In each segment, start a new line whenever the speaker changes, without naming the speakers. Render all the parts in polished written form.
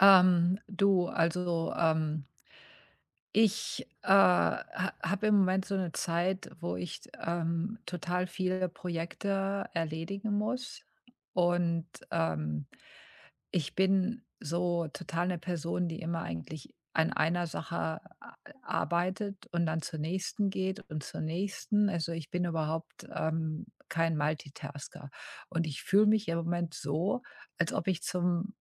Ähm, du, also, ähm, ich, ha habe im Moment so eine Zeit, wo ich, total viele Projekte erledigen muss. Und, ähm, Ich bin so total eine Person, die immer eigentlich an einer Sache a arbeitet und dann zur nächsten geht und zur nächsten. Also, ich bin überhaupt, kein Multitasker. Und ich fühle mich im Moment so, als ob ich zum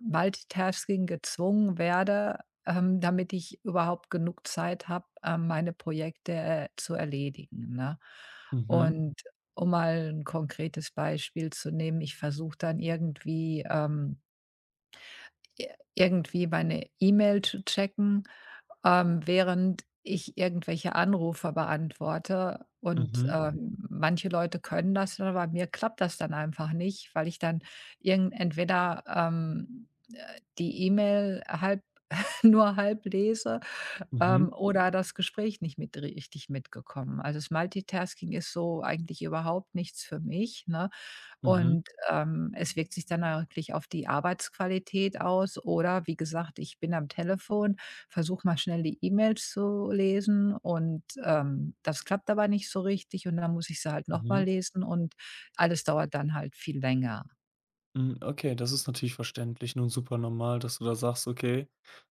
Multitasking gezwungen werde, damit ich überhaupt genug Zeit habe, meine Projekte, zu erledigen, ne?
Mhm,
Und um mal ein konkretes Beispiel zu nehmen, ich versuche dann irgendwie, i irgendwie meine E-Mail zu checken, während ich irgendwelche Anrufe beantworte. Und, Mhm.
mhm,
Manche Leute können das dann, aber mir klappt das dann einfach nicht, weil ich dann irgend entweder, die E-Mail halb nur halb lese,
mhm,
oder das Gespräch nicht mit richtig mitgekommen. Also, das Multitasking ist so eigentlich überhaupt nichts für mich, ne?
mhm,
Und, es wirkt sich dann auch wirklich auf die Arbeitsqualität aus. Oder wie gesagt, ich bin am Telefon, versuche mal schnell die E-Mails zu lesen und, das klappt aber nicht so richtig und dann muss ich sie halt noch mal
mhm.
lesen und alles dauert dann halt viel länger.
Hm, okay, das ist natürlich verständlich und super normal, dass du da sagst: „Okay,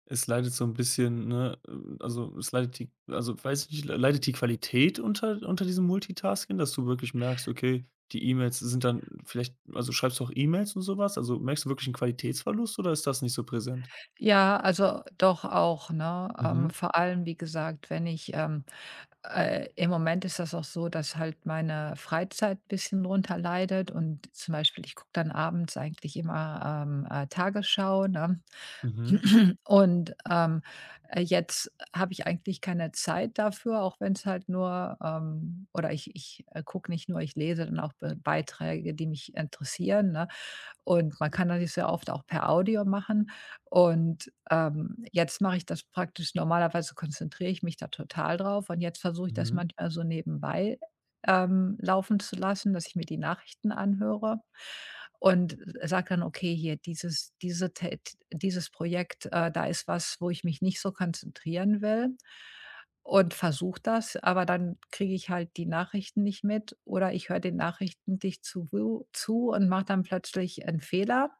es leidet so ein bisschen, ne, also, es leidet die also, weiß ich nicht, le leidet die Qualität unter diesem Multitasking, dass du wirklich merkst, okay, die E-Mails sind dann vielleicht also, schreibst du auch E-Mails und sowas. Also, merkst du wirklich einen Qualitätsverlust oder ist das nicht so präsent?
Ja, also doch auch, ne?
Mhm,
Vor allem, wie gesagt, wenn ich, im Moment ist das auch so, dass halt meine Freizeit ein bisschen drunter leidet. Und zum Beispiel, ich gucke dann abends eigentlich immer, Tagesschau, ne?
mhm,
Und, jetzt habe ich eigentlich keine Zeit dafür, auch wenn es halt nur, oder ich gucke nicht nur, ich lese dann auch Be Beiträge, die mich interessieren, ne? Und man kann das sehr oft auch per Audio machen. Und, jetzt mache ich das praktisch, normalerweise konzentriere ich mich da total drauf, und jetzt versuche ich das
mhm,
manchmal so nebenbei, laufen zu lassen, dass ich mir die Nachrichten anhöre und sage dann: „Okay, hier dieses diese Tät dieses Projekt, da ist was, wo ich mich nicht so konzentrieren will.“ Und versuche das, aber dann kriege ich halt die Nachrichten nicht mit oder ich höre den Nachrichten dicht zu und mache dann plötzlich einen Fehler.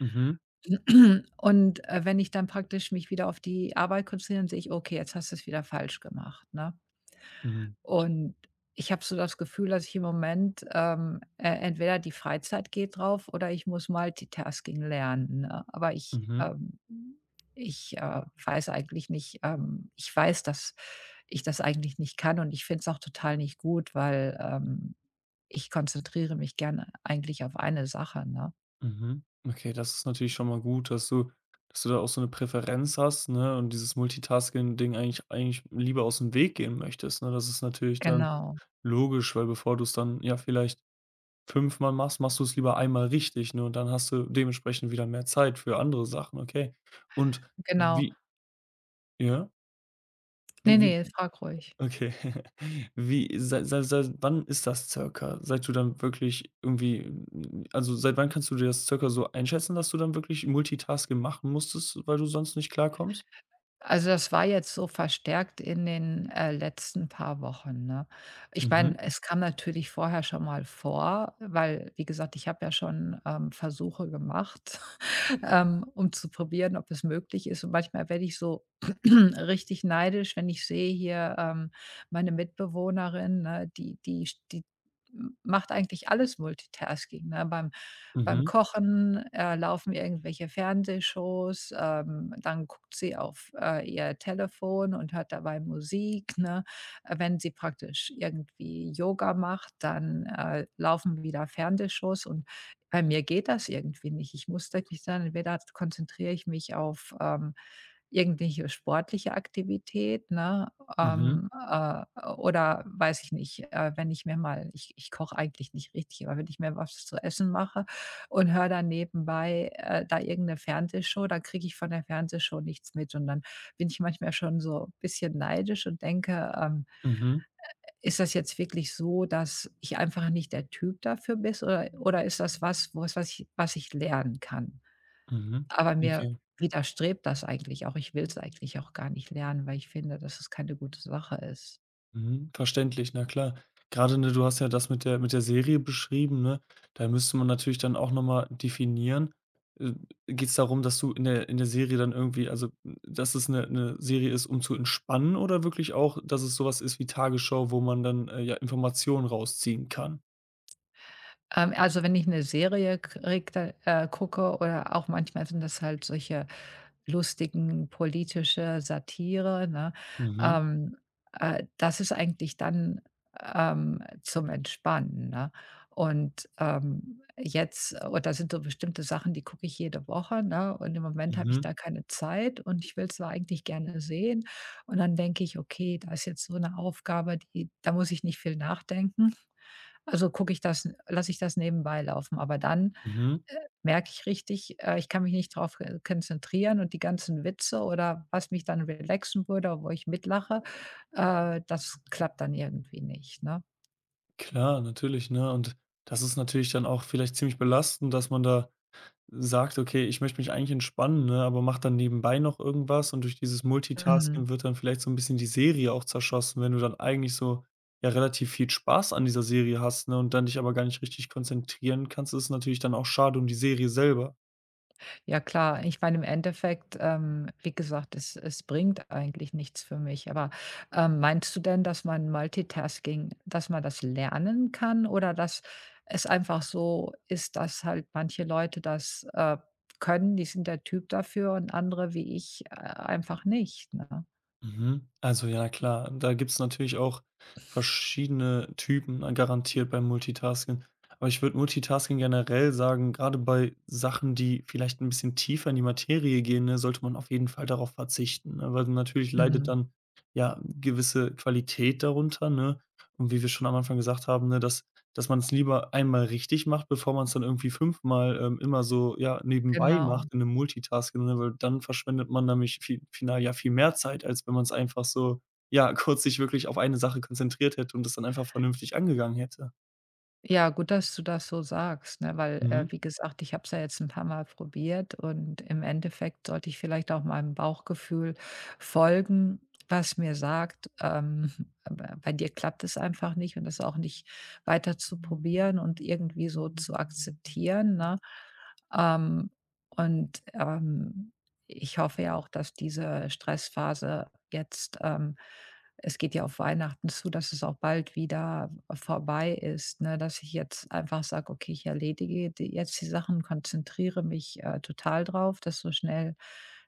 mhm,
Und, wenn ich dann praktisch mich wieder auf die Arbeit konzentriere, dann sehe ich: „Okay, jetzt hast du es wieder falsch gemacht“, ne?
mhm,
Und ich habe so das Gefühl, dass ich im Moment, e entweder die Freizeit geht drauf oder ich muss Multitasking lernen, ne? Aber ich,
mhm.
ähm ich, äh, weiß eigentlich nicht, ich weiß, dass ich das eigentlich nicht kann und ich finde es auch total nicht gut, weil, ich konzentriere mich gerne eigentlich auf eine Sache, ne?
Mhm. Okay, das ist natürlich schon mal gut, dass du da auch so eine Präferenz hast, ne, und dieses Multitasking-Ding eigentlich lieber aus dem Weg gehen möchtest, ne? Das ist natürlich dann
Genau,
logisch, weil bevor du es dann, ja, vielleicht fünfmal machst, machst du es lieber einmal richtig, ne, und dann hast du dementsprechend wieder mehr Zeit für andere Sachen, okay. Und
genau.
wie, ja?
Ne,
Wie
ne, frag ruhig.
okay. Wie seit wann ist das circa? Seit du dann wirklich irgendwie n Also, seit wann kannst du dir das circa so einschätzen, dass du dann wirklich Multitasking machen musstest, weil du sonst nicht klarkommst?
Also, das war jetzt so verstärkt in den, letzten paar Wochen, ne? Ich
Mhm,
meine, es kam natürlich vorher schon mal vor, weil, wie gesagt, ich habe ja schon, Versuche gemacht, um zu probieren, ob es möglich ist. Und manchmal werde ich so richtig neidisch, wenn ich sehe hier, meine Mitbewohnerin, ne, die macht eigentlich alles Multitasking, ne? Beim
mhm,
Kochen, laufen irgendwelche Fernsehshows, dann guckt sie auf, ihr Telefon und hört dabei Musik, ne? Wenn sie praktisch irgendwie Yoga macht, dann, laufen wieder Fernsehshows und bei mir geht das irgendwie nicht. Ich muss wirklich dann entweder konzentriere ich mich auf, irgendwelche sportliche Aktivität, ne?
mhm,
Ähm, äh, oder weiß ich nicht, wenn ich mir mal, ich koche eigentlich nicht richtig, aber wenn ich mir was zu essen mache und höre dann nebenbei, da irgendeine 'ne Fernsehshow, dann kriege ich von der Fernsehshow nichts mit und dann bin ich manchmal schon so ein bisschen neidisch und denke,
mhm, mhm,
„Ist das jetzt wirklich so, dass ich einfach nicht der Typ dafür bin, oder ist das was, was ich lernen kann?“
mhm.
Aber mir
Okay.
widerstrebt das eigentlich auch. Ich will es eigentlich auch gar nicht lernen, weil ich finde, dass es keine gute Sache ist.
Mhm, verständlich, na klar. Gerade, ne, du hast ja das mit der Serie beschrieben, ne? Da müsste man natürlich dann auch noch mal definieren, äh, geht's darum, dass du in der Serie dann irgendwie also, dass es eine Serie ist, um zu entspannen oder wirklich auch, dass es sowas ist wie Tagesschau, wo man dann, ja, Informationen rausziehen kann?
Also, wenn ich eine Serie kriege, da gucke, oder auch manchmal sind das halt solche lustigen politische Satire, ne?
Mhm,
Ähm, Das ist eigentlich dann, zum Entspannen, ne? Und, jetzt und da sind so bestimmte Sachen, die gucke ich jede Woche, ne? Und im Moment habe ich
mhm,
da keine Zeit und ich will's zwar eigentlich gerne sehen und dann denke ich: „Okay, da ist jetzt so eine Aufgabe, die da muss ich nicht viel nachdenken.“ Also, gucke ich das lasse ich das nebenbei laufen, aber dann,
mhm.
äh, merke ich richtig, ich kann mich nicht darauf konzentrieren und die ganzen Witze oder was mich dann relaxen würde, wo ich mitlache, das klappt dann irgendwie nicht, ne?
Klar, natürlich, ne? Und das ist natürlich dann auch vielleicht ziemlich belastend, dass man da sagt: „Okay, ich möchte mich eigentlich entspannen“, ne, aber macht dann nebenbei noch irgendwas und durch dieses Multitasking
Mhm.
wird dann vielleicht so ein bisschen die Serie auch zerschossen, wenn du dann eigentlich so, ja, relativ viel Spaß an dieser Serie hast, ne, und dann dich aber gar nicht richtig konzentrieren kannst, ist natürlich dann auch schade um die Serie selber.
Ja klar, ich meine, im Endeffekt, wie gesagt, es es bringt eigentlich nichts für mich. Aber, meinst du denn, dass man Multitasking, dass man das lernen kann oder dass es einfach so ist, dass halt manche Leute das, können, die sind der Typ dafür und andere wie ich, einfach nicht, ne?
Mhm. Also ja klar, da gibt's natürlich auch verschiedene Typen, garantiert beim Multitasking. Aber ich würde Multitasking generell sagen, gerade bei Sachen, die vielleicht ein bisschen tiefer in die Materie gehen, ne, sollte man auf jeden Fall darauf verzichten, ne, weil natürlich leidet
Mhm,
dann, ja, gewisse Qualität darunter, ne? Und wie wir schon am Anfang gesagt haben, ne, dass man es lieber einmal richtig macht, bevor man es dann irgendwie fünfmal, immer so, ja, nebenbei
genau.
macht in einem Multitasking, ne, weil dann verschwendet man nämlich fi final ja viel mehr Zeit, als wenn man es einfach so, ja, kurz sich wirklich auf eine Sache konzentriert hätte und das dann einfach vernünftig angegangen hätte.
Ja, gut, dass du das so sagst, ne, weil,
Mhm,
wie gesagt, ich habe es ja jetzt ein paar Mal probiert und im Endeffekt sollte ich vielleicht auch meinem Bauchgefühl folgen, was mir sagt, b bei dir klappt es einfach nicht und das auch nicht weiter zu probieren und irgendwie so zu akzeptieren, ne? Ähm, und, ähm Ich hoffe ja auch, dass diese Stressphase jetzt, es geht ja auf Weihnachten zu, dass es auch bald wieder vorbei ist, ne? Dass ich jetzt einfach sage: „Okay, ich erledige die jetzt die Sachen, konzentriere mich, total drauf, dass so schnell,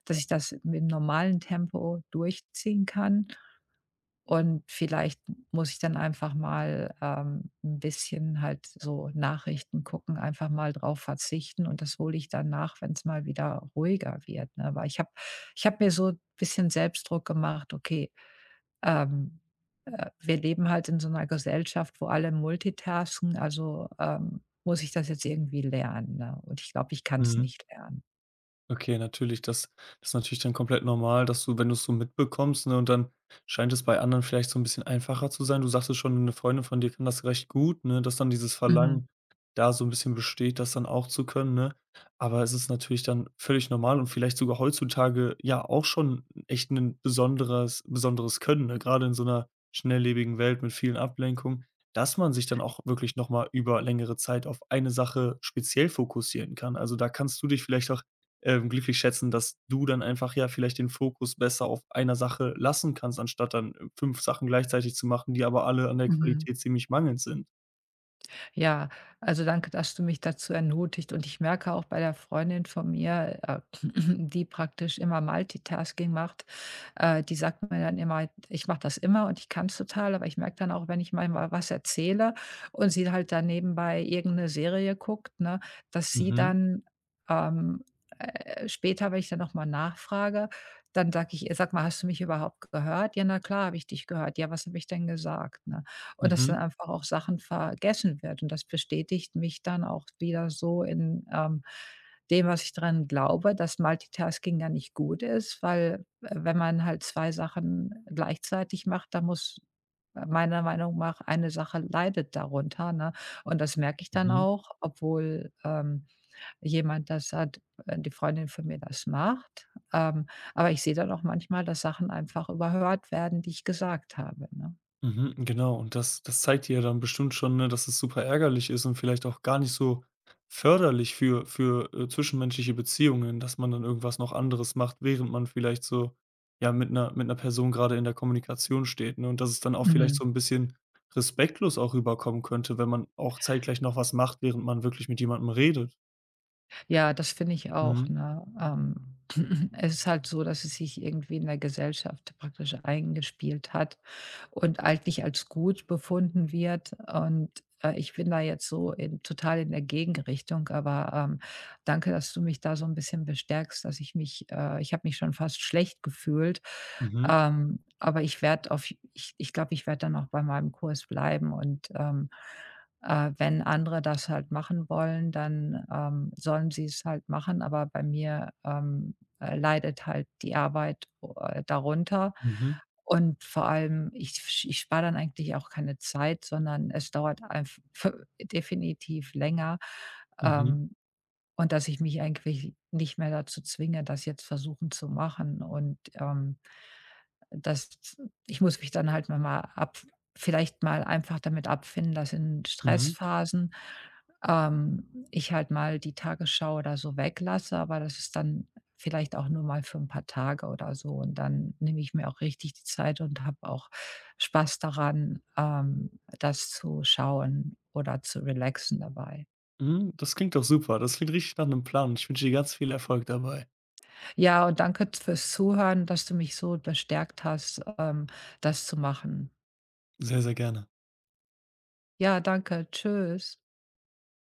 dass ich das mit normalen Tempo durchziehen kann.“ Und vielleicht muss ich dann einfach mal, 'n bisschen halt so Nachrichten gucken, einfach mal drauf verzichten und das hole ich dann nach, wenn es mal wieder ruhiger wird, ne? Weil ich habe mir so ein bisschen Selbstdruck gemacht: „Okay, ähm, wir leben halt in so einer Gesellschaft, wo alle multitasken, also, muss ich das jetzt irgendwie lernen“, ne? Und ich glaube, ich kann es
mhm.
nicht lernen.
Okay, natürlich, das ist natürlich dann komplett normal, dass du, wenn du's so mitbekommst, ne, und dann scheint es bei anderen vielleicht so ein bisschen einfacher zu sein. Du sagtest schon, eine Freundin von dir kann das recht gut, ne, dass dann dieses
Mhm,
Verlangen da so ein bisschen besteht, das dann auch zu können, ne? Aber es ist natürlich dann völlig normal und vielleicht sogar heutzutage ja auch schon echt ein besonderes Können, ne, gerade in so einer schnelllebigen Welt mit vielen Ablenkungen, dass man sich dann auch wirklich noch mal über längere Zeit auf eine Sache speziell fokussieren kann. Also, da kannst du dich vielleicht auch glücklich schätzen, dass du dann einfach ja vielleicht den Fokus besser auf einer Sache lassen kannst, anstatt dann, fünf Sachen gleichzeitig zu machen, die aber alle an der
mhm.
Qualität ziemlich mangelnd sind.
Ja, also danke, dass du mich dazu ermutigt. Und ich merke auch bei der Freundin von mir, die praktisch immer Multitasking macht, die sagt mir dann immer, ich mache das immer und ich kann es total, aber ich merke dann auch, wenn ich mal was erzähle und sie halt dann nebenbei irgend 'ne Serie guckt, ne, dass sie
Mhm,
dann, ähm, später, wenn ich dann noch mal nachfrage, dann sage ich ihr: „Sag mal, hast du mich überhaupt gehört?“ „Ja, na klar, habe ich dich gehört.“ „Ja, was habe ich denn gesagt?“, ne? Und dass dann
mhm,
einfach auch Sachen vergessen wird und das bestätigt mich dann auch wieder so in, dem, was ich dran glaube, dass Multitasking ja nicht gut ist, weil wenn man halt 2 Sachen gleichzeitig macht, da muss meiner Meinung nach eine Sache leidet darunter, ne? Und das merke ich dann
mhm.
auch, obwohl, jemand das hat die Freundin von mir das macht. Ähm, aber ich sehe dann auch manchmal, dass Sachen einfach überhört werden, die ich gesagt habe, ne?
Mhm, genau. Und das zeigt dir ja dann bestimmt schon, ne, dass es super ärgerlich ist und vielleicht auch gar nicht so förderlich für zwischenmenschliche Beziehungen, dass man dann irgendwas noch anderes macht, während man vielleicht so, ja, mit einer mit 'ner Person gerade in der Kommunikation steht, ne? Und dass es dann auch vielleicht
Mhm.
so ein bisschen respektlos auch rüberkommen könnte, wenn man auch zeitgleich noch was macht, während man wirklich mit jemandem redet.
Ja, das finde ich auch,
Mhm,
ne? Es ist halt so, dass es sich irgendwie in der Gesellschaft praktisch eingespielt hat, und eigentlich als gut befunden wird. Und, ich bin da jetzt so in total in der Gegenrichtung, aber, danke, dass du mich da so ein bisschen bestärkst, dass ich habe mich schon fast schlecht gefühlt,
mhm,
aber ich glaube, ich werde dann auch bei meinem Kurs bleiben und, wenn andere das halt machen wollen, dann, sollen sie es halt machen, aber bei mir, leidet halt die Arbeit, darunter.
mhm,
Und vor allem, ich spare dann eigentlich auch keine Zeit, sondern es dauert einfach definitiv länger,
mhm,
ähm, und dass ich mich eigentlich nicht mehr dazu zwinge, das jetzt versuchen zu machen. Und, das, ich muss mich dann halt mal mal ab vielleicht mal einfach damit abfinden, dass in
mhm,
Stressphasen, ich halt mal die Tagesschau oder so weglasse, aber das ist dann vielleicht auch nur mal für ein paar Tage oder so. Und dann nehme ich mir auch richtig die Zeit und habe auch Spaß daran, das zu schauen oder zu relaxen dabei.
mhm. Das klingt doch super. Das klingt richtig nach einem Plan. Ich wünsche dir ganz viel Erfolg dabei.
Ja, und danke fürs Zuhören, dass du mich so bestärkt hast, das zu machen.
Sehr, sehr gerne.
Ja, danke. Tschüss.